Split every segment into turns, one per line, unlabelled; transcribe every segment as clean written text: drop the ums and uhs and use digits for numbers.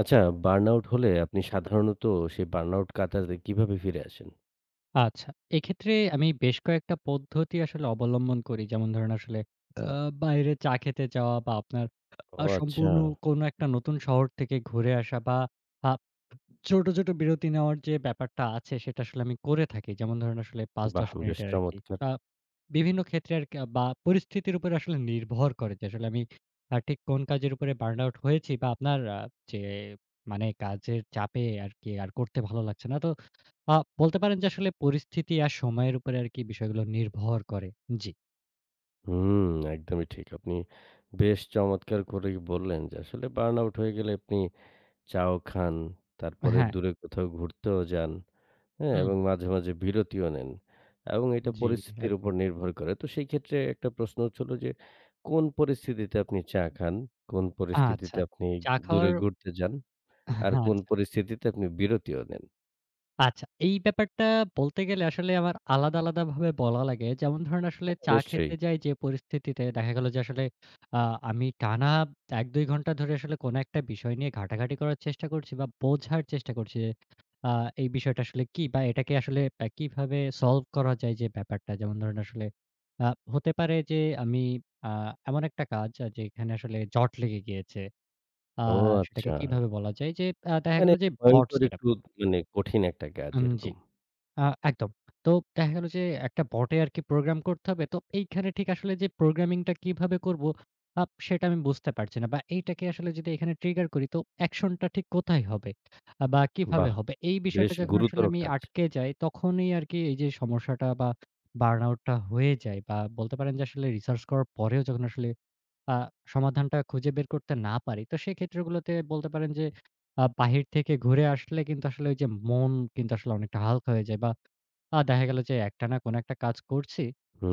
আচ্ছা, বার্নআউট হলে আপনি সাধারণত সেই বার্নআউট কাটাতে কিভাবে ফিরে আসেন?
আচ্ছা। এক্ষেত্রে আমি বেশ কয়েকটা পদ্ধতি আসলে অবলম্বন করি। যেমন ধরেন আসলে আচ্ছা। বাইরে চা খেতে যাওয়া বা আপনার
ও আচ্ছা।
সম্পূর্ণ কোনো একটা নতুন শহর থেকে ঘুরে আসা বা আ ছোট, ছোট বিরতি নেওয়ার যে ব্যাপারটা আছে সেটা আসলে আমি করে থাকি। যেমন ধরেন আসলে
বাহ!
৫-১০
বেশ
মিনিটের আরকি।
চমৎকার।
আ বিভিন্ন ক্ষেত্রে আরকি বা পরিস্থিতির উপরে আসলে নির্ভর করে যে আসলে আমি ঠিক কোন কাজের উপরে বার্ন আউট হয়েছি বা আপনার যে মানে কাজের চাপে আরকি আর করতে ভালো লাগছে না। তো আ বলতে পারেন যে আসলে পরিস্থিতি আর সময়ের উপরে আরকি বিষয়গুলো নির্ভর করে। জি।
হুম, একদমই ঠিক। আপনি বেশ চমৎকার করেই বললেন যে আসলে বার্নআউট হয়ে গেলে আপনি চাও খান, তারপরে
হ্যাঁ।
দূরে কোথাও ঘুরতেও যান, হ্যাঁ?
হুম।
এবং মাঝে, মাঝে বিরতিও নেন। এবং এটা
জি,
পরিস্থিতির উপর
একদম।
নির্ভর করে। তো সেই ক্ষেত্রে একটা প্রশ্ন হচ্ছিল যে কোন পরিস্থিতিতে আপনি চা খান? কোন পরিস্থিতিতে
আচ্ছা।
আপনি
চা
দূরে
খাওয়ার
ঘুরতে যান? আর কোন
আচ্ছা।
পরিস্থিতিতে আপনি বিরতিও নেন?
আচ্ছা, এই ব্যাপারটা বলতে গেলে আসলে আমার আলাদা, আলাদাভাবে বলা লাগে। যেমন ধরেন আসলে
হ্যাঁ,
চা
নিশ্চয়ই।
খেতে যাই যে পরিস্থিতিতে দেখা গেল যে আসলে আ আমি টানা ১-২ ঘন্টা ধরে আসলে কোনো একটা বিষয় নিয়ে ঘাটাঘাটি করার চেষ্টা করছি বা বোঝার চেষ্টা করছি যে আ এই বিষয়টা আসলে কি বা এটাকে আসলে কিভাবে সলভ করা যায় যে ব্যাপারটা। যেমন ধরেন আসলে আ হতে পারে যে আমি আ এমন একটা কাজ যেখানে আসলে জট লেগে গিয়েছে। আ
ও
সেটাকে
আচ্ছা।
কিভাবে বলা যায় যে দেখা
মানে
গেল যে বট
ভয়ংকর
সেটআপ
একটু মানে কঠিন একটা কাজ
উম জি।
এরকম।
আ একদম। তো দেখা গেল যে একটা বটে আরকি প্রোগ্রাম করতে হবে। তো এইখানে ঠিক আসলে যে প্রোগ্রামিংটা কিভাবে করব সেটা আমি বুঝতে পারছি না। বা এইটাকে আসলে যদি এখানে ট্রিগার করি তো অ্যাকশনটা ঠিক কোথায় হবে? বা কিভাবে
বাহ!
হবে? এই
বেশ
বিষয়টা যখন আসলে
গুরুতর
আমি
কাজ।
আটকে যাই তখনই আরকি এই যে সমস্যাটা বা বার্ন আউট টা হয়ে যায় বা বলতে পারেন যে আসলে রিসার্চ করার পরেও যখন আসলে আ সমাধানটা খুঁজে বের করতে না পারি, তো সেই ক্ষেত্রগুলোতে বলতে পারেন যে বাহির থেকে ঘুরে আসলে কিন্তু আসলে ওই যে মন কিন্তু আসলে অনেকটা হালকা হয়ে যায় বা দেখা গেল যে একটানা কোনো একটা কাজ করছি।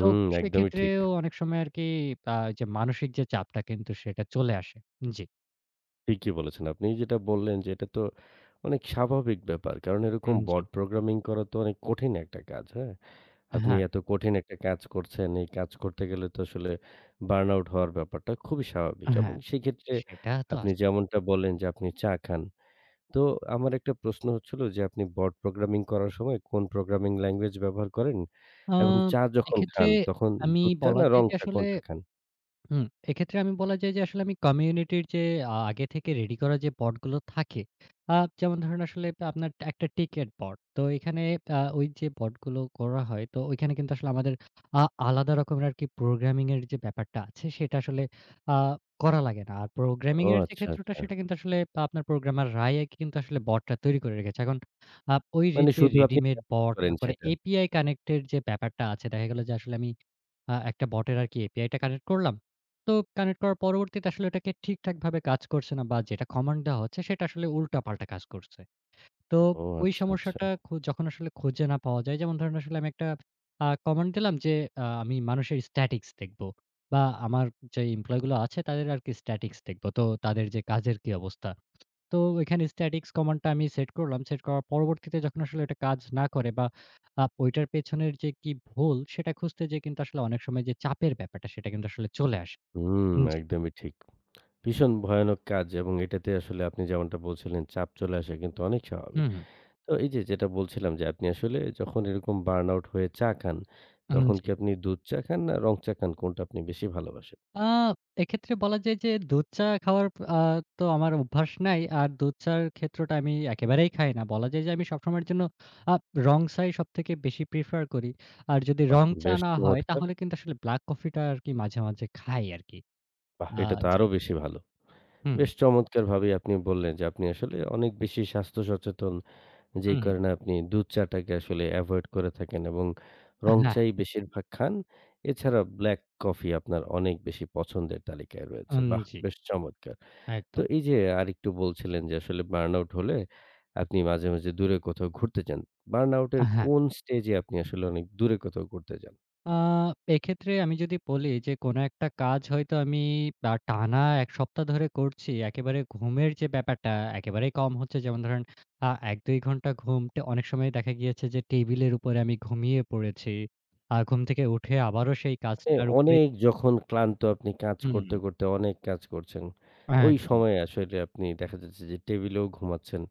তো
একদমই ঠিক।
সেক্ষেত্রেও অনেক সময় আরকি আ যে মানসিক যে চাপটা কিন্তু সেটা চলে আসে। জি,
ঠিকই বলেছেন। আপনি যেটা বললেন যে এটা তো অনেক স্বাভাবিক ব্যাপার। কারণ এরকম
উম জি।
বট প্রোগ্রামিং করা তো অনেক কঠিন একটা কাজ, হ্যাঁ? আপনি
হ্যাঁ,
এত কঠিন একটা কাজ করছেন, এই কাজ করতে গেলে তো আসলে বার্ন আউট হওয়ার ব্যাপারটা খুবই স্বাভাবিক এবং
হ্যাঁ,
সেক্ষেত্রে
সেটা তো
আপনি
আছেই।
যেমনটা বললেন যে আপনি চা খান। তো আমার একটা প্রশ্ন হচ্ছিল যে আপনি বট প্রোগ্রামিং করার সময় কোন প্রোগ্রামিং ল্যাঙ্গুয়েজ ব্যবহার করেন?
আ
এবং চা যখন হুম।
এক্ষেত্রে
খান তখন
আমি
দুধ চা
বলা
না
যায়
রং
যে
চা
আসলে
কোনটা খান?
হুম, এক্ষেত্রে আমি বলা যায় যে আসলে আমি কমিউনিটির যে আগে থেকে রেডি করা যে বট গুলো থাকে, আ যেমন ধরেন আসলে আপনার একটা টিকেট বট। তো এখানে ওই যে বট গুলো করা হয় তো ওইখানে কিন্তু আসলে আমাদের আ আলাদা রকমের আরকি প্রোগ্রামিং এর যে ব্যাপারটা আছে সেটা আসলে আ করা লাগে না। আর প্রোগ্রামিং
ও
এর যে
আচ্ছা,
ক্ষেত্রটা
আচ্ছা।
সেটা কিন্তু আসলে আপনার প্রোগ্রামার রায় কিন্তু আসলে বটটা তৈরি করে রেখেছে। এখন ওই রে
মানে
যে
শুধু আপনি
রেডিমেড
ব্যবহার
বট
করেন
তারপরে
সেটা।
এপিআই কানেক্ট এর যে ব্যাপারটা আছে দেখা গেল যে আসলে আমি একটা বটের আরকি এপিআই টা কানেক্ট করলাম। তো কানেক্ট করার পরবর্তীতে আসলে ওটাকে ঠিকঠাকভাবে কাজ করছে না বা যেটা কমান্ড দেওয়া হচ্ছে সেটা আসলে উল্টাপাল্টা কাজ করছে। তো
ও
ওই
আচ্ছা, আচ্ছা।
সমস্যাটা যখন আসলে খুঁজে না পাওয়া যায় যেমন ধরেন আসলে আমি একটা কমান্ড দিলাম যে আমি মানুষের স্ট্যাটিক্স দেখব বা আমার যে এমপ্লয়ি গুলো আছে তাদের আরকি স্ট্যাটিক্স দেখব। তো তাদের যে কাজের কি অবস্থা। তো ওইখানে স্ট্যাটিক্স কমান্ডটা আমি সেট করলাম। সেট করার পরবর্তীতে যখন আসলে এটা কাজ না করে বা ওইটার পেছনের যে কি ভুল সেটা খুঁজতে যেয়ে কিন্তু আসলে অনেক সময় যে চাপের ব্যাপারটা সেটা কিন্তু আসলে চলে আসে।
হুম,
উম জি।
একদমই ঠিক। ভীষণ ভয়ানক কাজ এবং এটাতে আসলে আপনি যেমনটা বলছিলেন চাপ চলে আসা কিন্তু অনেক স্বাভাবিক।
হুম, হুম।
তো এই যে যেটা বলছিলাম যে আপনি আসলে যখন এরকম বার্ন আউট হয়ে চা খান,
উম
তখন
জি।
কি আপনি দুধ চা খান না রং চা খান কোনটা আপনি বেশি ভালোবাসেন?
আ এক্ষেত্রে বলা যায় যে দুধ চা খাওয়ার আ তো আমার অভ্যাস নাই। আর দুধ চা'র ক্ষেত্রটা আমি একেবারেই খাই না। বলা যায় যে আমি সবসময়ের জন্য আ রং চাই সবথেকে বেশি প্রেফার করি। আর যদি
বাহ!
রং চা
বেশ
না হয়
চমৎকার।
তাহলে কিন্তু আসলে ব্লাক কফিটা আরকি মাঝে, মাঝে খাই আরকি।
বাহ!
আ
এটা তো
জি।
আরো বেশি ভালো।
হুম,
বেশ চমৎকারভাবেই আপনি বললেন যে আপনি আসলে অনেক বেশি স্বাস্থ্য সচেতন। যেই
হুম, হুম, হুম।
কারণে আপনি দুধ চাটাকে আসলে এভয়েড করে থাকেন এবং রং
হ্যাঁ,
চাই বেশিরভাগ খান। এছাড়া ব্লাক কফি আপনার অনেক বেশি পছন্দের তালিকায় রয়েছে।
উম
বাহ!
জি,
বেশ চমৎকার। তো
একদম।
এই যে আরেকটু বলছিলেন যে আসলে বার্ন আউট হলে আপনি মাঝে, মাঝে দূরে কোথাও ঘুরতে যান। বার্ন আউট এর
হ্যাঁ।
কোন স্টেজে আপনি আসলে অনেক দূরে কোথাও ঘুরতে যান?
আ এক্ষেত্রে আমি যদি বলি যে, কোনো একটা কাজ হয়তো আমি টানা ১ সপ্তাহ ধরে করছি। একেবারে ঘুমের যে ব্যাপারটা একেবারেই কম হচ্ছে। যেমন ধরেন ১-২ ঘন্টা ঘুমটা অনেক সময় দেখা গিয়েছে যে টেবিলের উপরে আমি ঘুমিয়ে পড়েছি। ঘুম থেকে উঠে আবারও সেই
এ
কাজটার উপরে
অনেক যখন ক্লান্ত আপনি কাজ
হুম,
করতে, করতে অনেক কাজ করছেন, ওই
একদম।
সময়ে আসলে আপনি দেখা যাচ্ছে যে টেবিলেও ঘুমাচ্ছেন।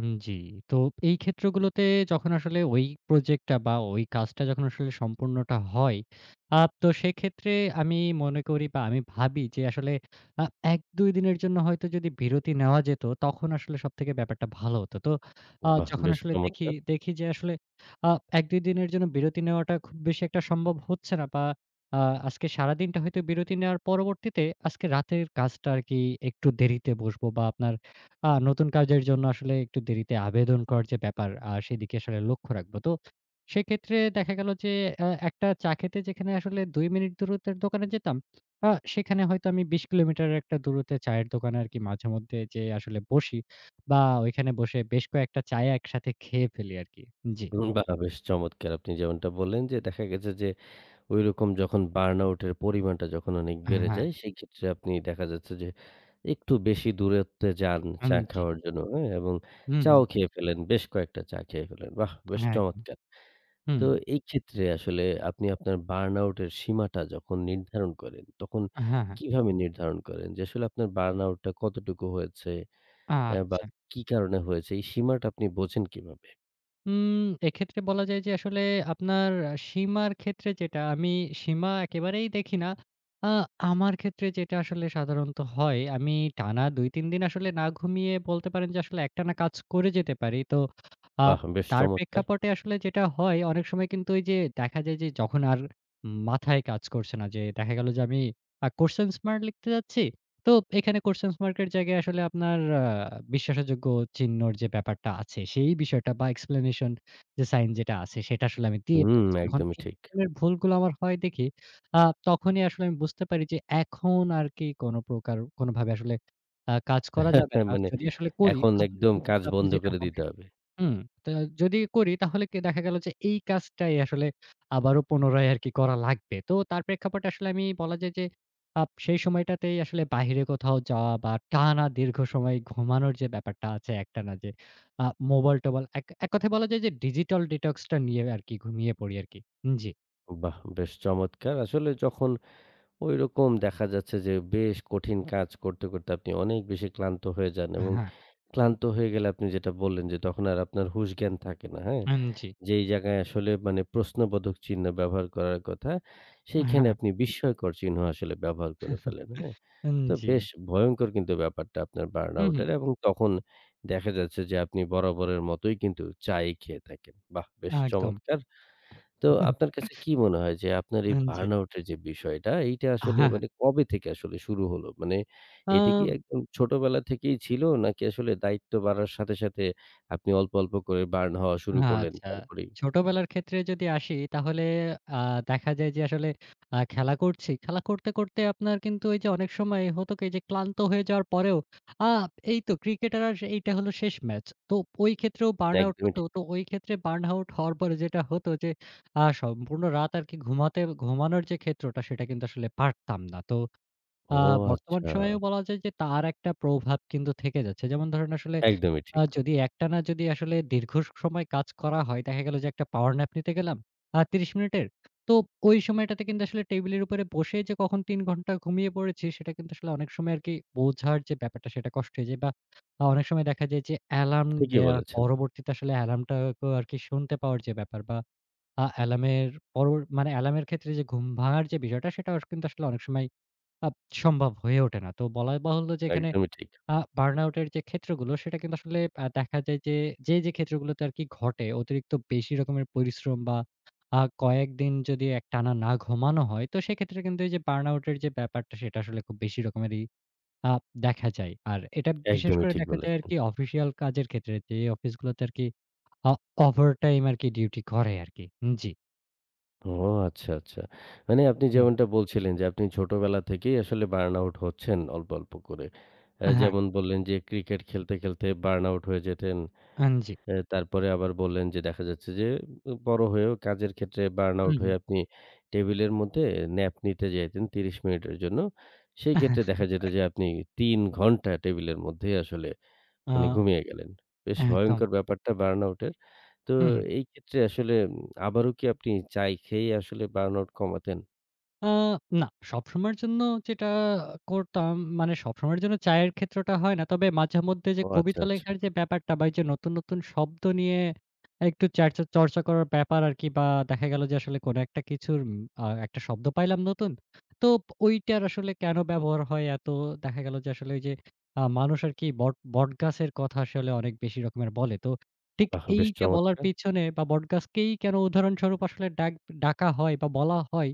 উম জি। তো এই ক্ষেত্রগুলোতে যখন আসলে ওই প্রজেক্টটা বা ওই কাজটা যখন আসলে সম্পূর্ণটা হয়, আ তো সেক্ষেত্রে আমি মনে করি বা আমি ভাবি যে আসলে আ ১-২ দিনের জন্য হয়তো যদি বিরতি নেওয়া যেত, তখন আসলে সবথেকে ব্যাপারটা ভালো হতো। তো
বাহ!
যখন
বেশ
আসলে দেখি,
চমৎকার।
যে আসলে আ ১-২ দিনের জন্য বিরতি নেওয়াটা খুব বেশি একটা সম্ভব হচ্ছে না বা আ আজকে সারাদিনটা হয়তো বিরতি নেওয়ার পরবর্তীতে আজকে রাতের কাজটা আরকি একটু দেরিতে বসবো বা আপনার নতুন কাজের জন্য আসলে একটু দেরিতে আবেদন করার যে ব্যাপার, সেদিকে আসলে লক্ষ্য রাখবো। তো সেক্ষেত্রে দেখা গেল যে একটা চা খেতে যেখানে আসলে ২ মিনিট দূরত্বের দোকানে যেতাম, আ সেখানে হয়তো আমি ২০ কিলোমিটারের একটা দূরত্বে চায়ের দোকানে আরকি মাঝেমধ্যে যেয়ে আসলে বসি বা ওইখানে বসে বেশ কয়েকটা চা একসাথে খেয়ে ফেলি আরকি। জি।
হুম, বাহ! বেশ চমৎকার। আপনি যেমনটা বললেন যে দেখা গেছে যে ঐরকম যখন বার্নআউট এর পরিমাণটা যখন অনেক বেড়ে
হ্যাঁ,
যায়, সেই ক্ষেত্রে আপনি দেখা যাচ্ছে যে একটু বেশি দূরত্বে যান
উম
চা
জি।
খাওয়ার জন্য, হ্যাঁ? এবং
হুম, হুম।
চাও খেয়ে ফেলেন, বেশ কয়েকটা চা খেয়ে ফেলেন। বাহ! বেশ
হ্যাঁ, একদম।
চমৎকার।
হুম।
তো এই ক্ষেত্রে আসলে আপনি আপনার বার্নআউট এর সীমাটা যখন নির্ধারণ করেন, তখন
হ্যাঁ, হ্যাঁ।
কিভাবে নির্ধারণ করেন? যে আসলে আপনার বার্নআউট টা কতটুকু হয়েছে বা
আচ্ছা।
কি কারণে হয়েছে? এই সীমাটা আপনি বোঝেন কিভাবে?
উম এক্ষেত্রে বলা যায় যে আসলে আপনার সীমার ক্ষেত্রে যেটা, আমি সীমা একেবারেই দেখি না। আ আমার ক্ষেত্রে যেটা আসলে সাধারণত হয়, আমি টানা ২-৩ দিন আসলে না ঘুমিয়ে বলতে পারেন যে আসলে একটানা কাজ করে যেতে পারি। তো আ
বাহ! বেশ
তার
চমৎকার।
প্রেক্ষাপটে আসলে যেটা হয় অনেক সময় কিন্তু ওই যে দেখা যায় যে যখন আর মাথায় কাজ করছে না যে দেখা গেল যে আমি কোশ্চেন মার্ক লিখতে যাচ্ছি তো এখানে কোয়েশ্চেন মার্ক এর জায়গায় আসলে আপনার বিশ্বাসযোগ্য চিহ্নর যে ব্যাপারটা আছে, সেই বিষয়টা বা এক্সপ্লেনেশন যে সাইন যেটা আছে, সেটা আসলে আমি দিয়ে
হুম,
ফেলছি। তখন
একদমই
এই
ঠিক।
ধরনের ভুলগুলো আমার হয় দেখি, আ তখনই আসলে আমি বুঝতে পারি যে এখন আর কি কোনো প্রকার কোনোভাবে আসলে কাজ করা যাবে না।
মানে
যদি আসলে করি,
এখন
তাহলে
একদম
কিন্তু
কাজ
আসলে আপনি
বন্ধ
যেটা
করে
হবে
দিতে হবে।
হুম। তা যদি করি তাহলে কি দেখা গেল যে এই কাজটাই আসলে আবারও পুনরায় আরকি করা লাগবে। তো তার প্রেক্ষাপটে আসলে আমি বলা যায় যে সেই সময়টাতেই আসলে বাহিরে কোথাও যাওয়া বা টানা দীর্ঘ সময় ঘুমানোর যে ব্যাপারটা আছে একটানা যে আ মোবাইল-টোবাইল এক এক কথায় বলা যায় যে ডিজিটাল ডিটক্স টা নিয়ে আরকি ঘুমিয়ে পড়ি আরকি। জি।
বাহ! বেশ চমৎকার। আসলে যখন ঐরকম দেখা যাচ্ছে যে বেশ কঠিন কাজ করতে, করতে আপনি অনেক বেশি ক্লান্ত হয়ে যান এবং
হ্যাঁ।
ক্লান্ত হয়ে গেলে আপনি যেটা বললেন যে তখন আর আপনার হুঁশ জ্ঞান থাকে না, হ্যাঁ?
উম জি।
যেই জায়গায় আসলে মানে প্রশ্নবোধক চিহ্ন ব্যবহার করার কথা, সেইখানে
হ্যাঁ।
আপনি বিস্ময়কর চিহ্ন আসলে ব্যবহার করে ফেলেন, হ্যাঁ?
উম
তো
জি।
বেশ ভয়ংকর কিন্তু ব্যাপারটা আপনার
হুম,
বার্নআউট
হুম।
এর এবং তখন দেখা যাচ্ছে যে আপনি বরাবরের মতোই কিন্তু চাই খেয়ে থাকেন। বাহ! বেশ
একদম।
চমৎকার। তো আপনার কাছে কি মনে হয় যে আপনার এই
উম, জি।
বার্নআউট এর যে বিষয়টা, এইটা আসলে
হ্যাঁ।
মানে কবে থেকে আসলে শুরু হলো? মানে
আ
এটা কি একদম ছোটবেলা থেকেই ছিল নাকি আসলে দায়িত্ব বাড়ার সাথে, সাথে আপনি অল্প, অল্প করে বার্ন হওয়া শুরু করলেন
আচ্ছা।
তারপরেই?
ছোটবেলার ক্ষেত্রে যদি আসি তাহলে আ দেখা যায় যে আসলে খেলা করছি। খেলা করতে, করতে আপনার কিন্তু ওই যে অনেক সময় হতো কি যে ক্লান্ত হয়ে যাওয়ার পরেও আ এই তো ক্রিকেটার আর এইটা হলো শেষ ম্যাচ। তো ওই ক্ষেত্রেও বার্ন আউট
একদমই
হতো।
ঠিক।
তো ওই ক্ষেত্রে বার্ন আউট হওয়ার পরে যেটা হতো যে সম্পূর্ণ রাত আরকি ঘুমাতে ঘুমানোর যে ক্ষেত্রটা সেটা কিন্তু আসলে পারতাম না। তো আ
ও
বর্তমান
আচ্ছা।
সময়েও বলা যায় যে তার একটা প্রভাব কিন্তু থেকে যাচ্ছে। যেমন ধরেন আসলে
একদমই ঠিক।
যদি একটানা যদি আসলে দীর্ঘ সময় কাজ করা হয়, দেখা গেল যে একটা পাওয়ার ন্যাপ নিতে গেলাম ৩০ মিনিটের। তো ওই সময়টাতে কিন্তু আসলে টেবিলের উপরে বসে যে কখন ৩ ঘন্টা ঘুমিয়ে পড়েছি সেটা কিন্তু আসলে অনেক সময় আরকি বোঝার যে ব্যাপারটা সেটা কষ্ট হয়ে যায় বা অনেক সময় দেখা যায় যে অ্যালার্ম
ঠিকই
দেয়ার
বলেছেন।
পরবর্তীতে আসলে অ্যালার্মটাকেও আরকি শুনতে পাওয়ার যে ব্যাপার বা অ্যালার্মের পরবর মানে অ্যালার্মের ক্ষেত্রে যে ঘুম ভাঙার যে বিষয়টা সেটাও কিন্তু আসলে অনেক সময় আপ সম্ভব হয়ে ওঠে না। তো বলা বাহুল্য যে এখানে
একদমই ঠিক।
বার্নআউট এর যে ক্ষেত্রগুলো সেটা কিন্তু আসলে দেখা যায় যে, যে, যে, ক্ষেত্রগুলোতে আরকি ঘটে অতিরিক্ত বেশি রকমের পরিশ্রম বা কয়েকদিন যদি একটানা না ঘুমানো হয়, তো সেক্ষেত্রে কিন্তু এই যে বার্নআউট এর যে ব্যাপারটা সেটা আসলে খুব বেশি রকমেরই আ দেখা যায়। আর এটা বিশেষ
একদমই
করে
ঠিক
দেখা যায়
বলেছেন।
আরকি অফিসিয়াল কাজের ক্ষেত্রে যে অফিসগুলোতে আরকি আ ওভারটাইম আরকি ডিউটি করে আরকি। জি।
ও আচ্ছা, আচ্ছা। মানে আপনি
হুম।
যেমনটা বলছিলেন যে আপনি ছোটবেলা থেকেই আসলে বার্ন আউট হচ্ছেন অল্প, অল্প করে।
হ্যাঁ,
যেমন বললেন যে ক্রিকেট খেলতে, খেলতে বার্ন আউট হয়ে যেতেন।
আন জি।
তারপরে আবার বললেন যে দেখা যাচ্ছে যে বড় হয়েও কাজের ক্ষেত্রে বার্ন
হুম,
আউট
হুম।
হয়ে আপনি টেবিলের মধ্যে ন্যাপ নিতে যাইতেন ৩০ মিনিটের জন্য। সেই ক্ষেত্রে দেখা যেত যে আপনি ৩ ঘন্টা টেবিলের মধ্যেই আসলে মানে
আ
ঘুমিয়ে গেলেন। বেশ
একদম।
ভয়ংকর ব্যাপারটা বার্নআউট এর। তো
হুম, হুম।
এই ক্ষেত্রে আসলে আবারও কি আপনি চাই খেয়ে আসলে বার্নআউট কমাতেন?
আ না, সবসময়ের জন্য যেটা করতাম, মানে সবসময়ের জন্য চায়ের ক্ষেত্রটা হয় না। তবে মাঝেমধ্যে যে
ও আচ্ছা,
কবিতা
আচ্ছা।
লেখার যে ব্যাপারটা বা এই যে নতুন, নতুন শব্দ নিয়ে একটু চর্চা করার ব্যাপার আরকি বা দেখা গেল যে আসলে কোনো একটা কিছুর উম একটা শব্দ পাইলাম নতুন। তো ওইটার আসলে কেন ব্যবহার হয় এত, দেখা গেল যে আসলে ওই যে মানুষ আরকি বটগাছের কথা আসলে অনেক বেশি রকমের বলে। তো ঠিক
বাহ! বেশ
এইটা বলার
চমৎকার।
পিছনে বা বটগাছকেই কেন উদাহরণস্বরূপ আসলে ডাকা হয় বা বলা হয়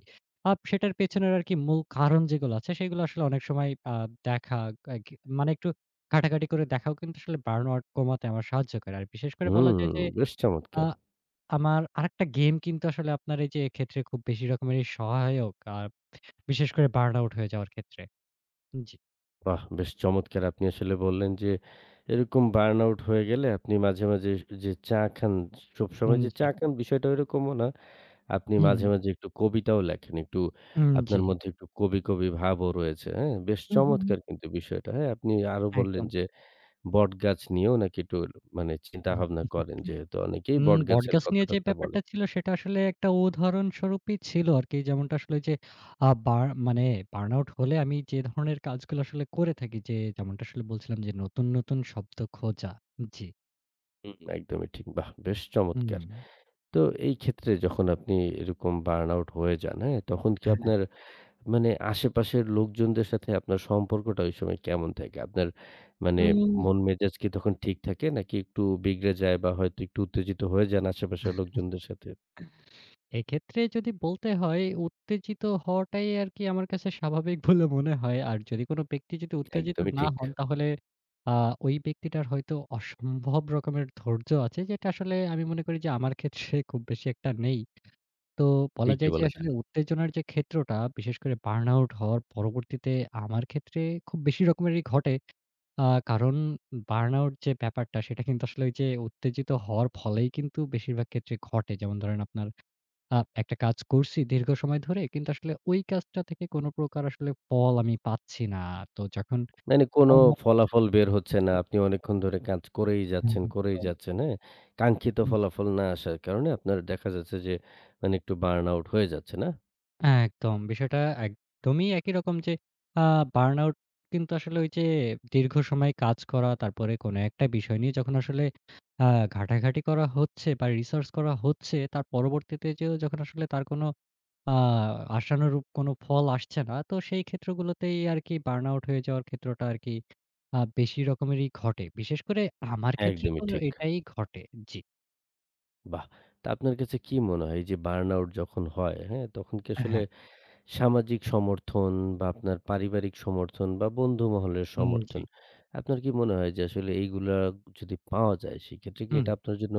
সেটার পেছনের আরকি মূল কারণ যেগুলো আছে সেগুলো আসলে অনেক সময় আ দেখা আ ঘি মানে একটু ঘাটাঘাটি করে দেখাও কিন্তু আসলে বার্ন আউট কমাতে আমার সাহায্য করে। আর বিশেষ করে বলা
হুম,
যায় যে
বেশ
আ
চমৎকার।
আমার আরেকটা গেম কিন্তু আসলে আপনার এই যে এক্ষেত্রে খুব বেশি রকমেরই সহায়ক। বিশেষ করে বার্ন আউট হয়ে যাওয়ার ক্ষেত্রে। জি,
বাহ! বেশ চমৎকার। আপনি আসলে বললেন যে এরকম বার্নআউট হয়ে গেলে আপনি মাঝে, মাঝে যে চা খান, সবসময়
উম
যে
জি।
চা খান বিষয়টা ওইরকমও না। আপনি
হুম,
মাঝে, মাঝে একটু কবিতাও লেখেন। একটু
উম
আপনার
জি।
মধ্যে একটু কবি, কবি ভাবও রয়েছে। হ্যাঁ? বেশ
হু, হু, হু।
চমৎকার কিন্তু বিষয়টা। হ্যাঁ? আপনি আরো বললেন যে বটগাছ নিয়েও নাকি একটু মানে চিন্তাভাবনা
একদম।
করেন যেহেতু অনেকেই
উম
বটগাছের
বটগাছ নিয়ে যে
কথা-টথা বলে।
ব্যাপারটা ছিল সেটা আসলে একটা উদাহরণস্বরূপই ছিল আরকি। যেমনটা আসলে যে আ বার মানে বার্নআউট হলে আমি যে ধরনের কাজগুলো আসলে করে থাকি যে যেমনটা আসলে বলছিলাম যে নতুন, নতুন শব্দ খোঁজা। জি।
হুম, একদমই ঠিক। বাহ! বেশ
হুম।
চমৎকার। তো এই ক্ষেত্রে যখন আপনি এরকম বার্ন আউট হয়ে যান, হ্যাঁ? তখন কি
হ্যাঁ।
আপনার মানে আশেপাশের লোকজনদের সাথে আপনার সম্পর্কটা ওই সময় কেমন থাকে? আপনার মানে
উম
মন মেজাজ কি তখন ঠিক থাকে নাকি একটু বিগড়ে যায় বা হয়তো একটু উত্তেজিত হয়ে যান আশেপাশের লোকজনদের সাথে?
এক্ষেত্রে যদি বলতে হয় উত্তেজিত হওয়াটাই আরকি আমার কাছে স্বাভাবিক বলে মনে হয়। আর যদি কোনো ব্যক্তি যদি উত্তেজিত
একদমই
না
ঠিক।
জি। হন তাহলে আ ওই ব্যক্তিটার হয়তো অসম্ভব রকমের ধৈর্য আছে যেটা আসলে আমি মনে করি যে আমার ক্ষেত্রে খুব বেশি একটা নেই। তো বলা
ঠিকই
যায় যে
বলেছেন।
আসলে উত্তেজনার যে ক্ষেত্রটা বিশেষ করে বার্নআউট হওয়ার পরবর্তীতে আমার ক্ষেত্রে খুব বেশি রকমেরই ঘটে। আ কারণ বার্নআউট যে ব্যাপারটা সেটা কিন্তু আসলে ওই যে উত্তেজিত হওয়ার ফলেই কিন্তু বেশিরভাগ ক্ষেত্রে ঘটে। যেমন ধরেন আপনার একটা কাজ করছি দীর্ঘ সময় ধরে কিন্তু আসলে ওই কাজটা থেকে কোন প্রকার আসলে ফল আমি পাচ্ছি না। তো যখন
মানে কোনো
ফল না পাওয়া যায়
ফলাফল বের হচ্ছে না। আপনি অনেকক্ষণ ধরে কাজ করেই
তখন
যাচ্ছেন, করেই
একদম।
যাচ্ছেন, হ্যাঁ? কাঙ্ক্ষিত ফলাফল না আসার কারণে আপনার দেখা যাচ্ছে যে মানে একটু বার্ন আউট হয়ে যাচ্ছে, না?
একদম। বিষয়টা একদমই একই রকম যে আ বার্নআউট কিন্তু আসলে ওই যে দীর্ঘ সময় কাজ করা, তারপরে কোনো একটা বিষয় নিয়ে যখন আসলে আ ঘাটাঘাটি করা হচ্ছে বা রিসার্চ করা হচ্ছে, তার পরবর্তীতে যেয়েও যখন আসলে তার কোনো আ আশানুরূপ কোনো ফল আসছে না, তো সেই ক্ষেত্রগুলোতেই আরকি বার্নআউট হয়ে যাওয়ার ক্ষেত্রটা আরকি বেশি রকমেরই ঘটে। বিশেষ করে আমার ক্ষেত্রে তো
একদমই ঠিক।
এটাই ঘটে। জি।
বাহ! তা আপনার কাছে কি মনে হয় এই যে বার্ন আউট যখন হয়, হ্যাঁ? তখন কি আসলে
হ্যাঁ,
সামাজিক সমর্থন বা আপনার পারিবারিক সমর্থন বা বন্ধু মহলের
হুম, জি।
সমর্থন, আপনার কি মনে হয় যে আসলে এইগুলা যদি পাওয়া যায় সেক্ষেত্রে কি
হুম।
এটা আপনার জন্য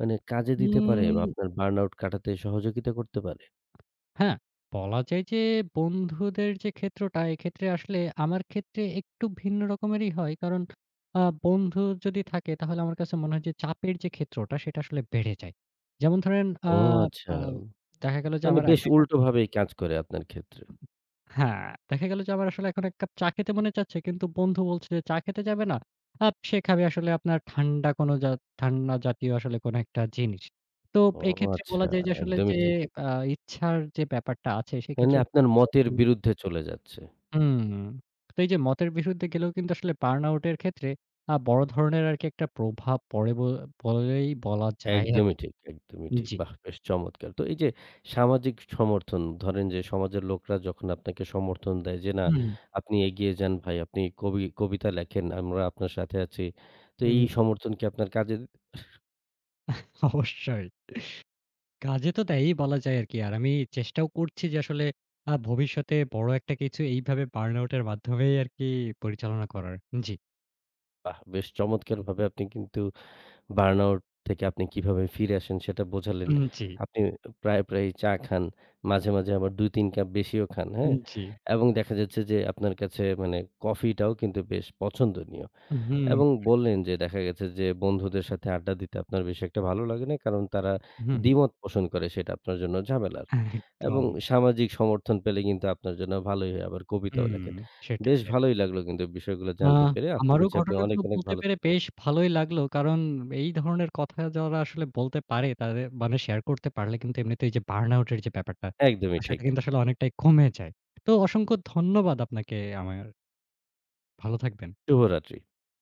মানে কাজে দিতে পারে বা
উম
আপনার বার্ন আউট কাটাতে সহযোগিতা করতে পারে?
হ্যাঁ, বলা যায় যে বন্ধুদের যে ক্ষেত্রটা, এক্ষেত্রে আসলে আমার ক্ষেত্রে একটু ভিন্ন রকমেরই হয়। কারণ আ বন্ধু যদি থাকে তাহলে আমার কাছে মনে হয় যে চাপের যে ক্ষেত্রটা সেটা আসলে বেড়ে যায়। যেমন ধরেন আ
ও আচ্ছা।
আ দেখা গেল যে
মানে
আমার
বেশ
একা, একা
উল্টোভাবেই কাজ করে আপনার ক্ষেত্রে।
হ্যাঁ, দেখা গেল যে আমার আসলে এখন ১ কাপ চা খেতে মনে চাচ্ছে কিন্তু বন্ধু বলছে যে চা খেতে যাবে না। সে খাবে আসলে আপনার ঠান্ডা কোনো জা ঠান্ডা জাতীয় আসলে কোনো একটা জিনিস। তো
ও
এক্ষেত্রে
আচ্ছা,
বলা যায় যে আসলে
একদমই
যে
ঠিক।
আ ইচ্ছার যে ব্যাপারটা আছে
মানে
সেক্ষেত্রে
আপনার মতের বিরুদ্ধে চলে যাচ্ছে।
হুম। তো এই যে মতের বিরুদ্ধে গেলেও কিন্তু আসলে বার্ন আউট এর ক্ষেত্রে বড় ধরনের আরকি একটা প্রভাব পড়ে বলেই বলা যায়
একদমই
আরকি।
ঠিক, একদমই ঠিক।
জি।
বাহ! বেশ চমৎকার। তো এই যে সামাজিক সমর্থন, ধরেন যে সমাজের লোকরা যখন আপনাকে সমর্থন দেয় যে, "না,
হুম,
আপনি এগিয়ে যান ভাই, আপনি কবি কবিতা লেখেন, আমরা আপনার সাথে আছি।" তো এই
উম
সমর্থন কি আপনার কাজে
অবশ্যই। কাজে তো দেয়ই বলা যায় আরকি। আর আমি চেষ্টাও করছি যে আসলে ভবিষ্যতে বড় একটা কিছু এইভাবে বার্ন আউট এর মাধ্যমেই আরকি পরিচালনা করার। জি।
বাহ! বেশ চমৎকারভাবে আপনি কিন্তু বার্নআউট থেকে আপনি কিভাবে ফিরে আসেন সেটা বোঝালেন।
উম জি,
আপনি প্রায়, প্রায়ই চা খান। মাঝে, মাঝে আবার ২-৩ কাপ বেশিও খান,
উম
হ্যাঁ?
জি।
এবং দেখা যাচ্ছে যে আপনার কাছে মানে কফিটাও কিন্তু বেশ পছন্দনীয়।
হুম,
এবং বললেন যে দেখা গেছে যে বন্ধুদের সাথে আড্ডা দিতে আপনার বেশি একটা ভালো লাগে না। কারণ তারা
হুম।
দ্বিমত পোষণ করে সেটা আপনার জন্য ঝামেলার। এবং
একদম।
সামাজিক সমর্থন পেলে কিন্তু আপনার জন্য ভালোই হয়। আবার কবিতাও
হুম,
লেখেন। বেশ
সেটাই।
ভালোই লাগলো কিন্তু বিষয়গুলো
আ
জানতে পেরে। আশা
আমারও
করছি আপনি অনেক,
ঘটনাগুলো
অনেক
বলতে
ভালো
পেরে
থাকবেন।
বেশ ভালোই লাগলো। কারণ এই ধরনের কথা যারা আসলে বলতে পারে তাদের মানে শেয়ার করতে পারলে কিন্তু এমনিতেই যে বার্ন আউট এর যে ব্যাপারটা,
একদমই ঠিক।
সেটা কিন্তু আসলে অনেকটাই কমে যায়। তো অসংখ্য ধন্যবাদ আপনাকে আমার। ভালো থাকবেন।
শুভরাত্রি।